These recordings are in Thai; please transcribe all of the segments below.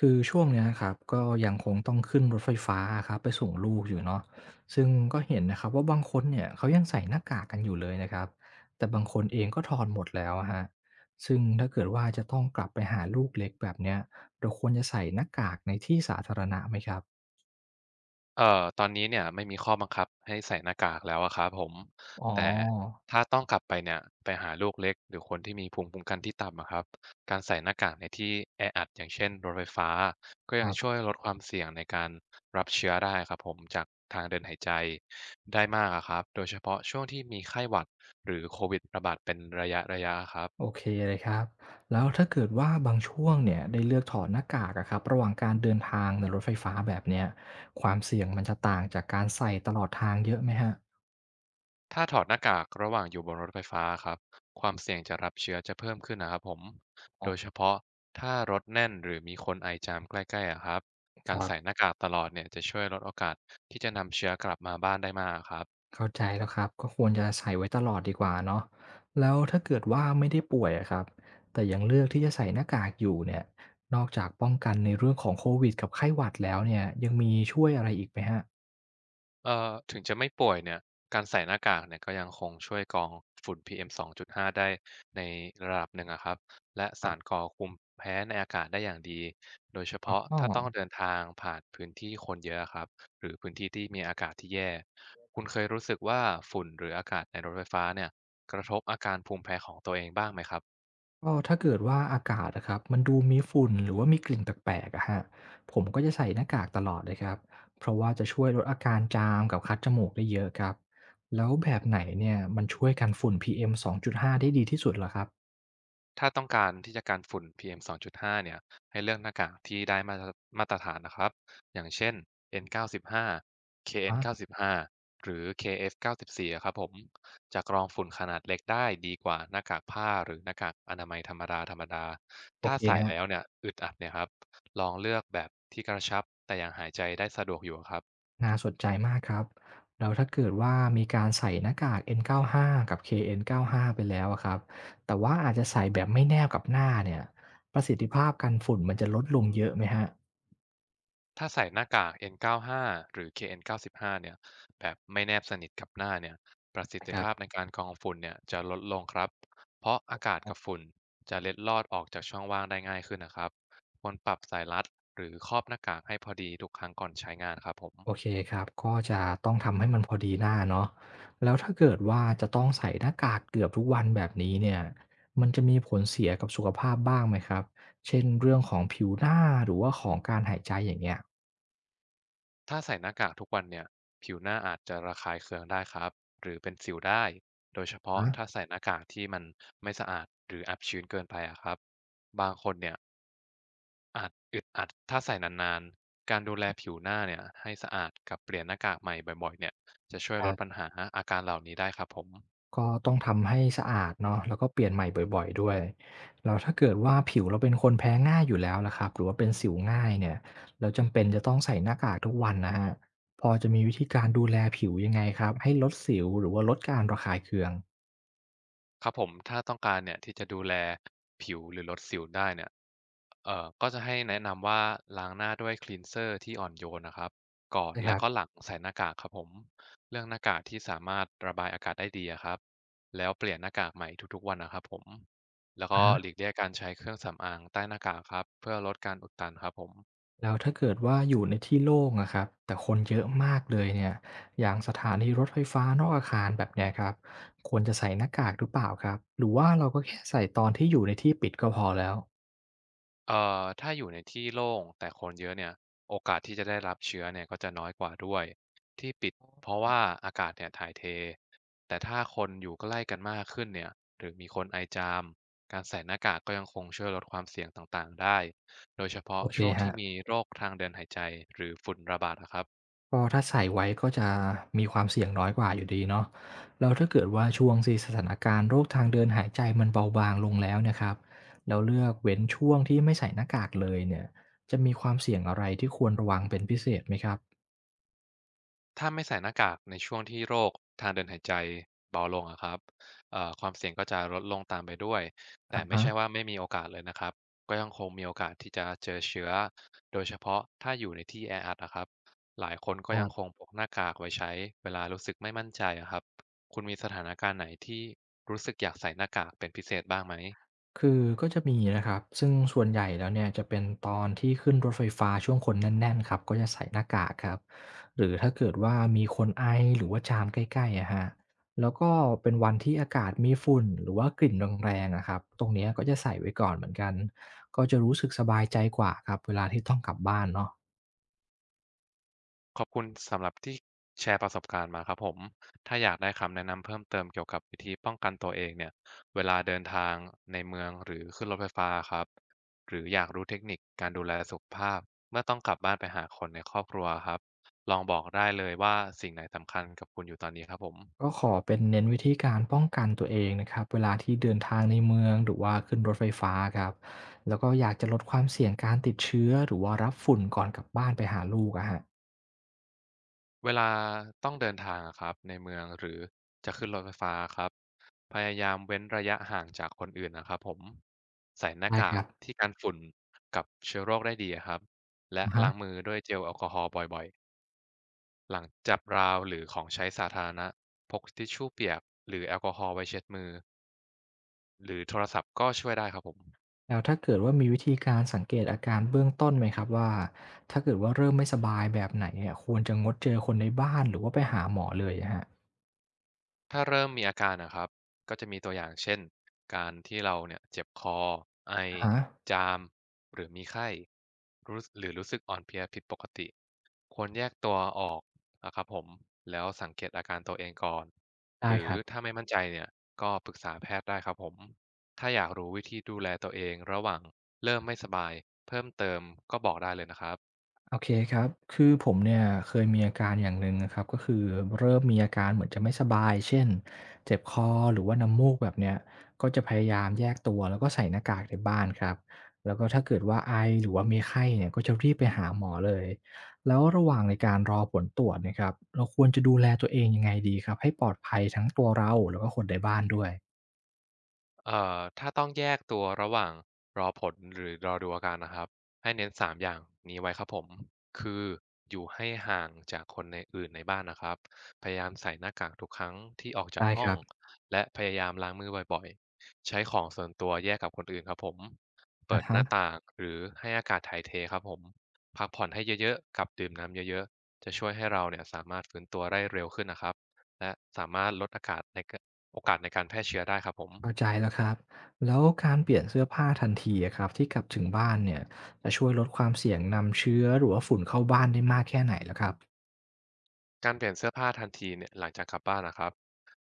คือช่วงเนี้ยครับก็ยังคงต้องขึ้นรถไฟฟ้าครับไปส่งลูกอยู่เนาะซึ่งก็เห็นนะครับว่าบางคนเนี่ยเขายังใส่หน้ากากกันอยู่เลยนะครับแต่บางคนเองก็ถอดหมดแล้วอะฮะซึ่งถ้าเกิดว่าจะต้องกลับไปหาลูกเล็กแบบเนี้ยเราควรจะใส่หน้ากากในที่สาธารณะไหมครับตอนนี้เนี่ยไม่มีข้อบังคับให้ใส่หน้ากากแล้วอะครับผมอ๋แต่อถ้าต้องกลับไปเนี่ยไปหาลูกเล็กหรือคนที่มีภูมิคุ้มกันที่ต่ำอะครับการใส่หน้ากากในที่แออัดอย่างเช่นรถไฟฟ้าก็คยังรัช่บวยลดความเสี่ยงในการรับเชื้อได้ครับผมจากทางเดินหายใจได้มากอะครับโดยเฉพาะช่วงที่มีไข้หวัดหรือโควิดระบาดเป็นระยะๆอะครับ โอเคเลยครับแล้วถ้าเกิดว่าบางช่วงเนี่ยได้เลือกถอดหน้ากากอะครับระหว่างการเดินทางในรถไฟฟ้าแบบเนี้ยความเสี่ยงมันจะต่างจากการใส่ตลอดทางเยอะไหมคร ถ้าถอดหน้ากากระหว่างอยู่บนรถไฟฟ้าครับความเสี่ยงจะรับเชื้อจะเพิ่มขึ้นนะครับผมโดยเฉพาะถ้ารถแน่นหรือมีคนไอจามใกล้ๆอะครับคการรัใส่หบน้ากากตลอดเนี่ยจะช่วยลดโอกาสที่จะนำเชื้อกลับมาบ้านได้มากครับ เข้าใจแล้วครับก็ควรจะใส่ไว้ตลอดดีกว่าเนาะแล้วถ้าเกิดว่าไม่ได้ป่วยอะครับแต่ยังเลือกที่จะใส่หน้ากากอยู่เนี่ยนอกจากป้องกันในเรื่องของโควิดกับไข้หวัดแล้วเนี่ยยังมีช่วยอะไรอีกไหมฮะถึงจะไม่ป่วยเนี่ยการใส่หน้ากากเนี่ยก็ยังคงช่วยกรองฝุ่น PM 2.5ได้ในระดับหนึ่งอะครับและครัสารบก่อภูมิแพ้ในอากาศได้อย่างดีโดยเฉพาะอ๋อถ้าต้องเดินทางผ่านพื้นที่คนเยอะอะครับหรือพื้นที่ที่มีอากาศที่แย่คุณเคยรู้สึกว่าฝุ่นหรืออากาศในรถไฟฟ้าเนี่ยกระทบอาการภูมิแพ้ของตัวเองบ้างไหมครับ ก็ถ้าเกิดว่าอากาศอะครับมันดูมีฝุ่นหรือว่ามีกลิ่นแปลกๆอะครับผมก็จะใส่หน้ากากตลอดเลยครับเพราะว่าจะช่วยลดอาการจามกับคัดจมูกได้เยอะครับแล้วแบบไหนเนี่ยมันช่วยกันฝุ่น PM 2.5ได้ดีที่สุดเหรอครับถ้าต้องการที่จะกันฝุ่น PM 2.5เอ็มสองจุดห้าเนี่ยให้เลือกหน้ากากที่ได้มาตรฐานนะครับอย่างเช่น N95 อา KN95 หาเคเอ็นเก้าสิบห้าหรือ KF94 อฟเก้าสิบสี่อะครับผมจะกรองฝุ่นขนาดเล็กได้ดีกว่าหน้ากากผ้าหรือหน้ากากอนามัยธรรมดาโอถ้าเคใส่ครัแล้วบเนี่ยอึดอัดเนี่ยครับลองเลือกแบบที่กระชับแต่ยังหายใจได้สะดวกอยู่ครับ น่าสนใจมากครับแล้วถ้าเกิดว่ามีการใส่หน้ากาก N95 กาห้ากับ KN95 ไปแล้วอะครับแต่ว่าอาจจะใส่แบบไม่แนบกับหน้าเนี่ยประสิทธิภาพกันฝุ่นมันจะลดลงเยอะไหมครับถ้าใส่หน้ากาก N95 หาหรือ KN95 เอ็นเก้าสิบห้าเนี่ย แบบไม่แนบสนิทกับหน้าเนี่ย ประสิทะคธิรับภาพในการกรองฝุ่นเนี่ย จะลดลงครับ เพราะอากาศอ๋กับอฝุ่นจะเล็ดลอดออกจากช่องว่างได้ง่ายขึ้นนะครับควรปรับสายรัดหรือครอบหน้ากากให้พอดีทุกครั้งก่อนใช้งานครับผม โอเคครับก็จะต้องทำให้มันพอดีหน้าเนาะแล้วถ้าเกิดว่าจะต้องใส่หน้ากากเกือบทุกวันแบบนี้เนี่ยมันจะมีผลเสียกับสุขภาพบ้างไหมครับเช่นเรื่องของผิวหน้าหรือว่าของการหายใจอย่างเงี้ยถ้าใส่หน้ากากทุกวันเนี่ยผิวหน้าอาจจะระคายเคืองได้ครับหรือเป็นสิวได้โดยเฉอพาะรถ้าใส่หน้ากากที่มันไม่สะอาดหรืออับชื้นเกินไปอะครับบางคนเนี่ย อาจอึดอัดถ้าใส่นานๆ การดูแลผิวหน้าเนี่ยให้สะอาดกับเปลี่ยนหน้ากากใหม่บ่อยๆเนี่ยจะช่วยคลรัดปัญบ หาอาการเหล่านี้ได้ครับผมก็ต้องทำให้สะอาดเนาะแล้วก็เปลี่ยนใหม่บ่อยๆด้วยแล้วถ้าเกิดว่าผิวเราเป็นคนแพ้ง่ายอยู่แล้วล่ะครับหรือว่าเป็นสิวง่ายเนี่ยแล้วจำเป็นจะต้องใส่หน้ากากทุกวันนะครับพอจะมีวิธีการดูแลผิวยังไงครับให้ลดสิวหรือว่าลดการระคายเคืองครับผมถ้าต้องการเนี่ยที่จะดูแลผิวหรือลดสิวได้เนี่ยก็จะให้แนะนำว่าล้างหน้าด้วยคลีนเซอร์ที่อ่อนโยนนะครับก่อนนะคและรับก็หลังใส่หน้ากากครับผมเรืองหน้ากากที่สามารถระบายอากาศได้ดีอะครับแล้วเปลี่ยนหน้ากากใหม่ทุกๆวันนะครับผมแล้วอะก็หลีฮะกเลี่ยงการใช้เครื่องสำอางใต้หน้ากากครับเพื่อลดการอุดตันครับผม แล้วถ้าเกิดว่าอยู่ในที่โล่งอะครับแต่คนเยอะมากเลยเนี่ยอย่างสถานีรถไฟฟ้านอกอาคารแบบเนี้ยครับควรจะใส่หน้ากากหรือเปล่าครับหรือว่าเราก็แค่ใส่ตอนที่อยู่ในที่ปิดก็พอแล้วถ้าอยู่ในที่โล่งแต่คนเยอะเนี่ยโอกาสที่จะได้รับเชื้อเนี่ยก็จะน้อยกว่าด้วยที่ปิดเพราะว่าอากาศเนี่ยถ่ายเทแต่ถ้าคนอยู่ใกล้กันมากขึ้นเนี่ยหรือมีคนไอจามการใส่หน้ากากก็ยังคงช่วยลดความเสี่ยงต่างๆได้โดยเฉโอพาะเคช่วงครัที่บ มีโรคทางเดินหายใจหรือฝุ่นระบาดนะครับ ก็ถ้าใส่ไว้ก็จะมีความเสี่ยงน้อยกว่าอยู่ดีเนาะแล้วถ้าเกิดว่าช่วงที่สถานการณ์โรคทางเดินหายใจมันเบาบางลงแล้วเนี่ยครับแล้วเลือกเว้นช่วงที่ไม่ใส่หน้ากากเลยเนี่ยจะมีความเสี่ยงอะไรที่ควรระวังเป็นพิเศษไหมครับถ้าไม่ใส่หน้ากากในช่วงที่โรคทางเดินหายใจเบาลงอะครับความเสี่ยงก็จะลดลงตามไปด้วยอะแต่ไม่ฮะใช่ว่าไม่มีโอกาสเลยนะครับก็ยังคงมีโอกาสที่จะเจอเชื้อโดยเฉพาะถ้าอยู่ในที่แออัดนะครับหลายคนก็คยังคงรับ พกหน้ากากไว้ใช้เวลารู้สึกไม่มั่นใจอะครับคุณมีสถานการณ์ไหนที่รู้สึกอยากใส่หน้ากากเป็นพิเศษบ้างไหม คือก็จะมีนะครับซึ่งส่วนใหญ่แล้วเนี่ยจะเป็นตอนที่ขึ้นรถไฟฟ้าช่วงคนแน่นๆครับก็จะใส่หน้ากากครับหรือถ้าเกิดว่ามีคนไอหรือว่าจามใกล้ๆอะฮะแล้วก็เป็นวันที่อากาศมีฝุ่นหรือว่ากลิ่นแรงๆอะครับตรงเนี้ยก็จะใส่ไว้ก่อนเหมือนกันก็จะรู้สึกสบายใจกว่าครับเวลาที่ต้องกลับบ้านเนาะ ขอบคุณสำหรับที่แชร์ประสบการณ์มาครับผมถ้าอยากได้คำแนะนำเพิ่มเติมเกี่ยวกับวิธีป้องกันตัวเองเนี่ยเวลาเดินทางในเมืองหรือขึ้นรถไฟฟ้าครับหรืออยากรู้เทคนิคการดูแลสุขภาพเมื่อต้องกลับบ้านไปหาคนในครอบครัวครับลองบอกได้เลยว่าสิ่งไหนสำคัญกับคุณอยู่ตอนนี้ครับผม ก็ขอเป็นเน้นวิธีการป้องกันตัวเองนะครับเวลาที่เดินทางในเมืองหรือว่าขึ้นรถไฟฟ้าครับแล้วก็อยากจะลดความเสี่ยงการติดเชื้อหรือว่ารับฝุ่นก่อนกลับบ้านไปหาลูกอะฮะเวลาต้องเดินทางอะครับในเมืองหรือจะขึ้นรถไฟฟ้าครับพยายามเว้นระยะห่างจากคนอื่นนะครับผมใส่หน้าได้คกากรับที่กันฝุ่นกับเชื้อโรคได้ดีอะครับและอะฮะล้างมือด้วยเจลแอลกอฮอล์บ่อยๆหลังจับราวหรือของใช้สาธารณะพกทิชชู่เปียกหรือแอลกอฮอล์ไว้เช็ดมือหรือโทรศัพท์ก็ช่วยได้ครับผม แล้วถ้าเกิดว่ามีวิธีการสังเกตอาการเบื้องต้นไหมครับว่าถ้าเกิดว่าเริ่มไม่สบายแบบไหนเนี่ยควรจะงดเจอคนในบ้านหรือว่าไปหาหมอเลยอะครับถ้าเริ่มมีอาการนะครับก็จะมีตัวอย่างเช่นการที่เราเนี่ยเจ็บคอไออะฮะจามหรือมีไข้รู้หรือรู้สึกอ่อนเพลียผิดปกติควรแยกตัวออกนะครับผมแล้วสังเกตอาการตัวเองก่อนหได้รืคอรับ ถ้าไม่มั่นใจเนี่ยก็ปรึกษาแพทย์ได้ครับผมถ้าอยากรู้วิธีดูแลตัวเองระหว่างเริ่มไม่สบายเพิ่มเติมก็บอกได้เลยนะครับ โอเคครับคือผมเนี่ยเคยมีอาการอย่างหนึ่งนะครับก็คือเริ่มมีอาการเหมือนจะไม่สบายเช่นเจ็บคอหรือว่าน้ำมูกแบบเนี้ยก็จะพยายามแยกตัวแล้วก็ใส่หน้ากากในบ้านครับแล้วก็ถ้าเกิดว่าไอหรือว่ามีไข้เนี่ยก็จะรีบไปหาหมอเลย แล้วระหว่างในการรอผลตรวจเนะครับเราควรจะดูแลตัวเองยังไงดีครับให้ปลอดภัยทั้งตัวเราแล้วก็คนในบ้านด้วยถ้าต้องแยกตัวระหว่างรอผลหรือรอดูอาการนะครับให้เน้น3อย่างนี้ไว้ครับผมคืออยู่ให้ห่างจากคนในอื่นในบ้านนะครับพยายามใส่หน้ากากทุกครั้งที่ออกจากได้คห้องรับและพยายามล้างมือบ่อยๆใช้ของส่วนตัวแยกกับคนอื่นครับผมเปิอะดหฮะ น้าต่างหรือให้อากาศถ่ายเทครับผมพักผ่อนให้เยอะๆกับดื่มน้ำเยอะๆจะช่วยให้เราเนี่ยสามารถฟื้นตัวได้เร็วขึ้นนะครับและสามารถลดอากาศในโอกาสในการแพร่เชื้อได้ครับผม เข้าใจแล้วครับแล้วการเปลี่ยนเสื้อผ้าทันทีอะครับที่กลับถึงบ้านเนี่ยจะช่วยลดความเสี่ยงนำเชื้อหรือว่าฝุ่นเข้าบ้านได้มากแค่ไหนล่ะครับการเปลี่ยนเสื้อผ้าทันทีเนี่ยหลังจากกลับบ้านนะครับ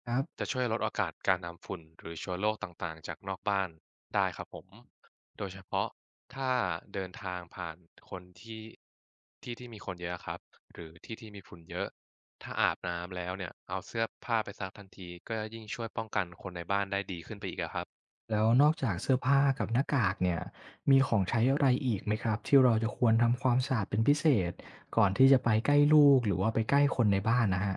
ครับจะช่วยลดโอกาสการนำฝุ่นหรือเชัวโรคต่างๆจากนอกบ้านได้ครับผมโดยเฉพาะถ้าเดินทางผ่านคนที่ที่มีคนเยอะครับหรือที่ที่มีฝุ่นเยอะถ้าอาบน้ำแล้วเนี่ยเอาเสื้อผ้าไปซักทันทีก็ยิ่งช่วยป้องกันคนในบ้านได้ดีขึ้นไปอีกอะครับ แล้วนอกจากเสื้อผ้ากับหน้ากากเนี่ยมีของใช้อะไรอีกไหมครับที่เราจะควรทำความสะอาดเป็นพิเศษก่อนที่จะไปใกล้ลูกหรือว่าไปใกล้คนในบ้านนะฮะ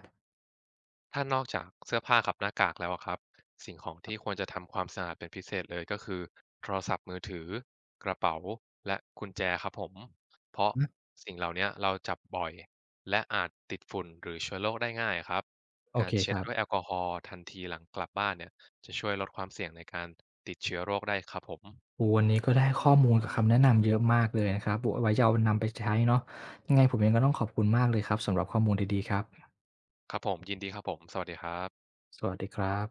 ถ้านอกจากเสื้อผ้ากับหน้ากากแล้วอะครับสิ่งของที่ควรจะทำความสะอาดเป็นพิเศษเลยก็คือโทรศัพท์มือถือกระเป๋าและกุญแจครับผมเพราะอืมสิ่งเหล่าเนี้ยเราจับบ่อยและอาจติดฝุ่นหรือเชื้อโรคได้ง่ายครับโอกาเครคเช็ดรับด้วยแอลกอฮอล์ทันทีหลังกลับบ้านเนี่ยจะช่วยลดความเสี่ยงในการติดเชื้อโรคได้ครับผมโอ้วันนี้ก็ได้ข้อมูลกับคำแนะนำเยอะมากเลยนะครับไว้จะเอานำไปใช้เนาะยังไงผมเองก็ต้องขอบคุณมากเลยครับสำหรับข้อมูลดีๆครับครับผมยินดีครับผมสวัสดีครับสวัสดีครับ